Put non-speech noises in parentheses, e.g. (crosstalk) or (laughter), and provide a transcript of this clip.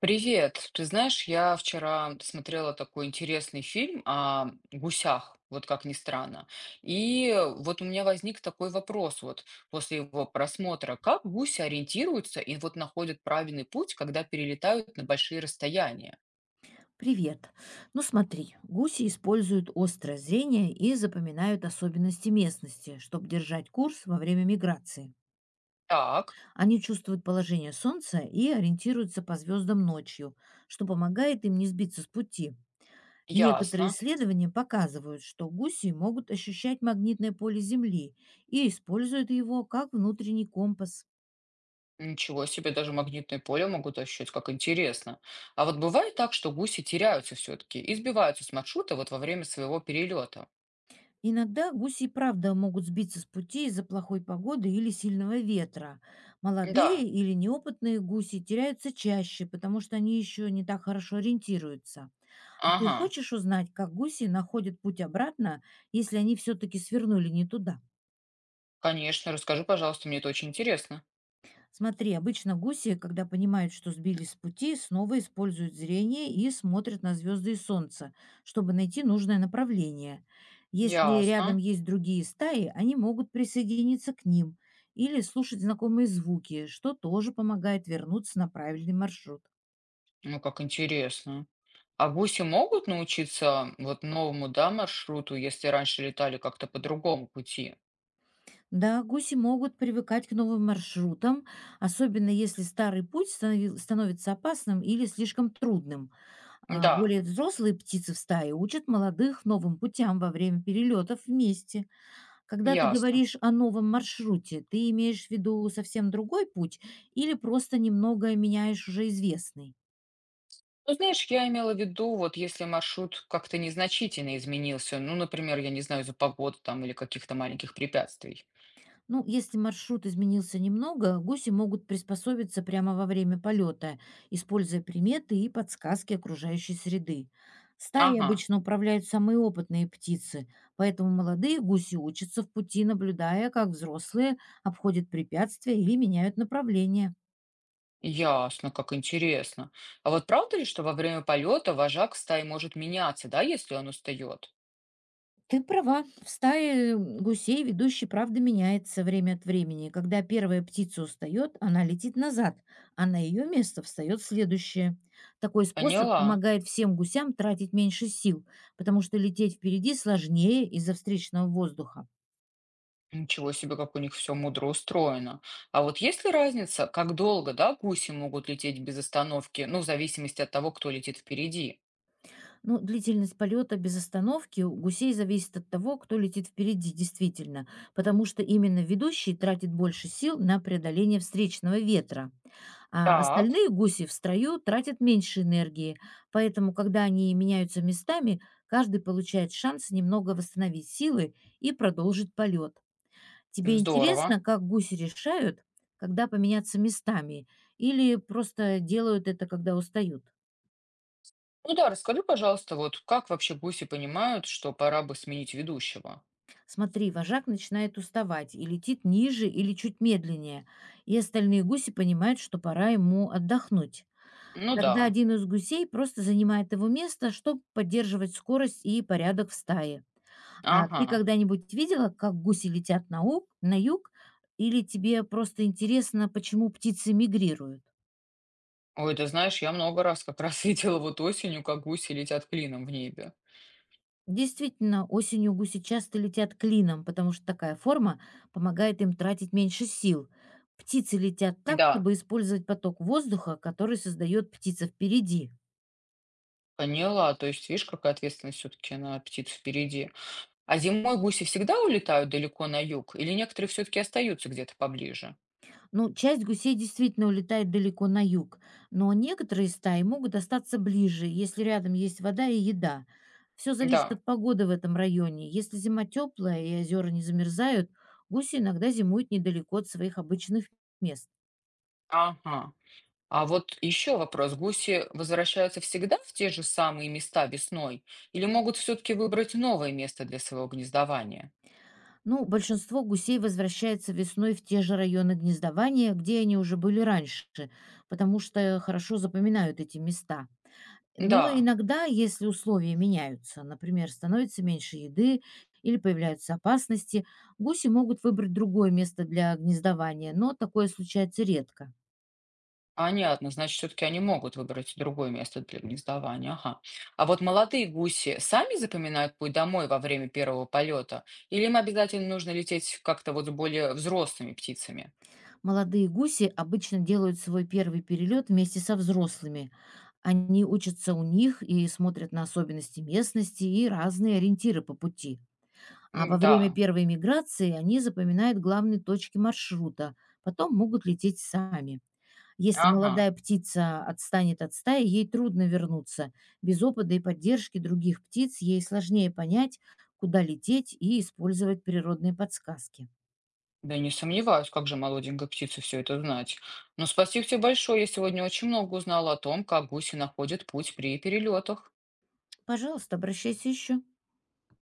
Привет. Ты знаешь, я вчера смотрела такой интересный фильм о гусях, вот как ни странно. И вот у меня возник такой вопрос вот после его просмотра. Как гуси ориентируются и вот находят правильный путь, когда перелетают на большие расстояния? Привет. Ну смотри, гуси используют острое зрение и запоминают особенности местности, чтобы держать курс во время миграции. Так, Они чувствуют положение солнца и ориентируются по звездам ночью, что помогает им не сбиться с пути. Некоторые ясно. исследования показывают, что гуси могут ощущать магнитное поле Земли и используют его как внутренний компас. Ничего себе, даже магнитное поле могут ощущать, как интересно. А вот бывает так, что гуси теряются все-таки и сбиваются с маршрута вот во время своего перелета? Иногда гуси и правда могут сбиться с пути из-за плохой погоды или сильного ветра. Да, Молодые или неопытные гуси теряются чаще, потому что они еще не так хорошо ориентируются. А ты ага. хочешь узнать, как гуси находят путь обратно, если они все-таки свернули не туда? Конечно, расскажи, пожалуйста, мне это очень интересно. Смотри, обычно гуси, когда понимают, что сбились с пути, снова используют зрение и смотрят на звезды и солнце, чтобы найти нужное направление. Если Ясно. рядом есть другие стаи, они могут присоединиться к ним или слушать знакомые звуки, что тоже помогает вернуться на правильный маршрут. Ну, как интересно. А гуси могут научиться вот новому, да, маршруту, если раньше летали как-то по другому пути? Да, гуси могут привыкать к новым маршрутам, особенно если старый путь становится опасным или слишком трудным. Да, Более взрослые птицы в стае учат молодых новым путям во время перелетов вместе. Когда ты ясно. говоришь о новом маршруте, ты имеешь в виду совсем другой путь или просто немного меняешь уже известный? Ну, знаешь, я имела в виду, вот если маршрут как-то незначительно изменился, ну, например, я не знаю, из-за погоды там или каких-то маленьких препятствий. Ну, если маршрут изменился немного, гуси могут приспособиться прямо во время полета, используя приметы и подсказки окружающей среды. Стаи Ага, обычно управляют самые опытные птицы, поэтому молодые гуси учатся в пути, наблюдая, как взрослые обходят препятствия или меняют направление. ясно, как интересно. А вот правда ли, что во время полета вожак стаи может меняться, да, если он устает? Ты права. В стае гусей ведущий, правда, меняется время от времени. Когда первая птица устает, она летит назад, а на ее место встает следующая. Такой способ Поняла. помогает всем гусям тратить меньше сил, потому что лететь впереди сложнее из-за встречного воздуха. Ничего себе, как у них все мудро устроено. А вот есть ли разница, как долго, да, гуси могут лететь без остановки, ну, в зависимости от того, кто летит впереди? Но длительность полета без остановки у гусей зависит от того, кто летит впереди действительно, потому что именно ведущий тратит больше сил на преодоление встречного ветра. А Так, остальные гуси в строю тратят меньше энергии, поэтому, когда они меняются местами, каждый получает шанс немного восстановить силы и продолжить полет. Тебе здорово. интересно, как гуси решают, когда поменяться местами, или просто делают это, когда устают? Ну да, расскажи, пожалуйста, вот как вообще гуси понимают, что пора бы сменить ведущего? Смотри, вожак начинает уставать и летит ниже или чуть медленнее, и остальные гуси понимают, что пора ему отдохнуть. Ну Тогда да, один из гусей просто занимает его место, чтобы поддерживать скорость и порядок в стае. А ты ага. когда-нибудь видела, как гуси летят на, на юг, или тебе просто интересно, почему птицы мигрируют? Ой, ты знаешь, я много раз как раз (laughs) видела вот осенью, как гуси летят клином в небе. Действительно, осенью гуси часто летят клином, потому что такая форма помогает им тратить меньше сил. Птицы летят так, Да, чтобы использовать поток воздуха, который создает птица впереди. поняла. То есть, видишь, какая ответственность все-таки на птиц впереди. А зимой гуси всегда улетают далеко на юг, или некоторые все-таки остаются где-то поближе? Ну, часть гусей действительно улетает далеко на юг, но некоторые стаи могут остаться ближе, если рядом есть вода и еда. Все зависит Да. от погоды в этом районе. Если зима теплая и озера не замерзают, гуси иногда зимуют недалеко от своих обычных мест. Ага. А вот еще вопрос. Гуси возвращаются всегда в те же самые места весной, или могут все-таки выбрать новое место для своего гнездования? Ну, большинство гусей возвращается весной в те же районы гнездования, где они уже были раньше, потому что хорошо запоминают эти места. Но Да, иногда, если условия меняются, например, становится меньше еды или появляются опасности, гуси могут выбрать другое место для гнездования, но такое случается редко. понятно. Значит, все-таки они могут выбрать другое место для гнездования. Ага. А вот молодые гуси сами запоминают путь домой во время первого полета, или им обязательно нужно лететь как-то вот с более взрослыми птицами? Молодые гуси обычно делают свой первый перелет вместе со взрослыми. Они учатся у них и смотрят на особенности местности и разные ориентиры по пути. А во М, время да. первой миграции они запоминают главные точки маршрута, потом могут лететь сами. Если Ага. молодая птица отстанет от стаи, ей трудно вернуться. Без опыта и поддержки других птиц ей сложнее понять, куда лететь и использовать природные подсказки. Да не сомневаюсь, как же молоденькой птице все это знать. Но спасибо тебе большое, я сегодня очень много узнала о том, как гуси находят путь при перелетах. Пожалуйста, обращайся еще.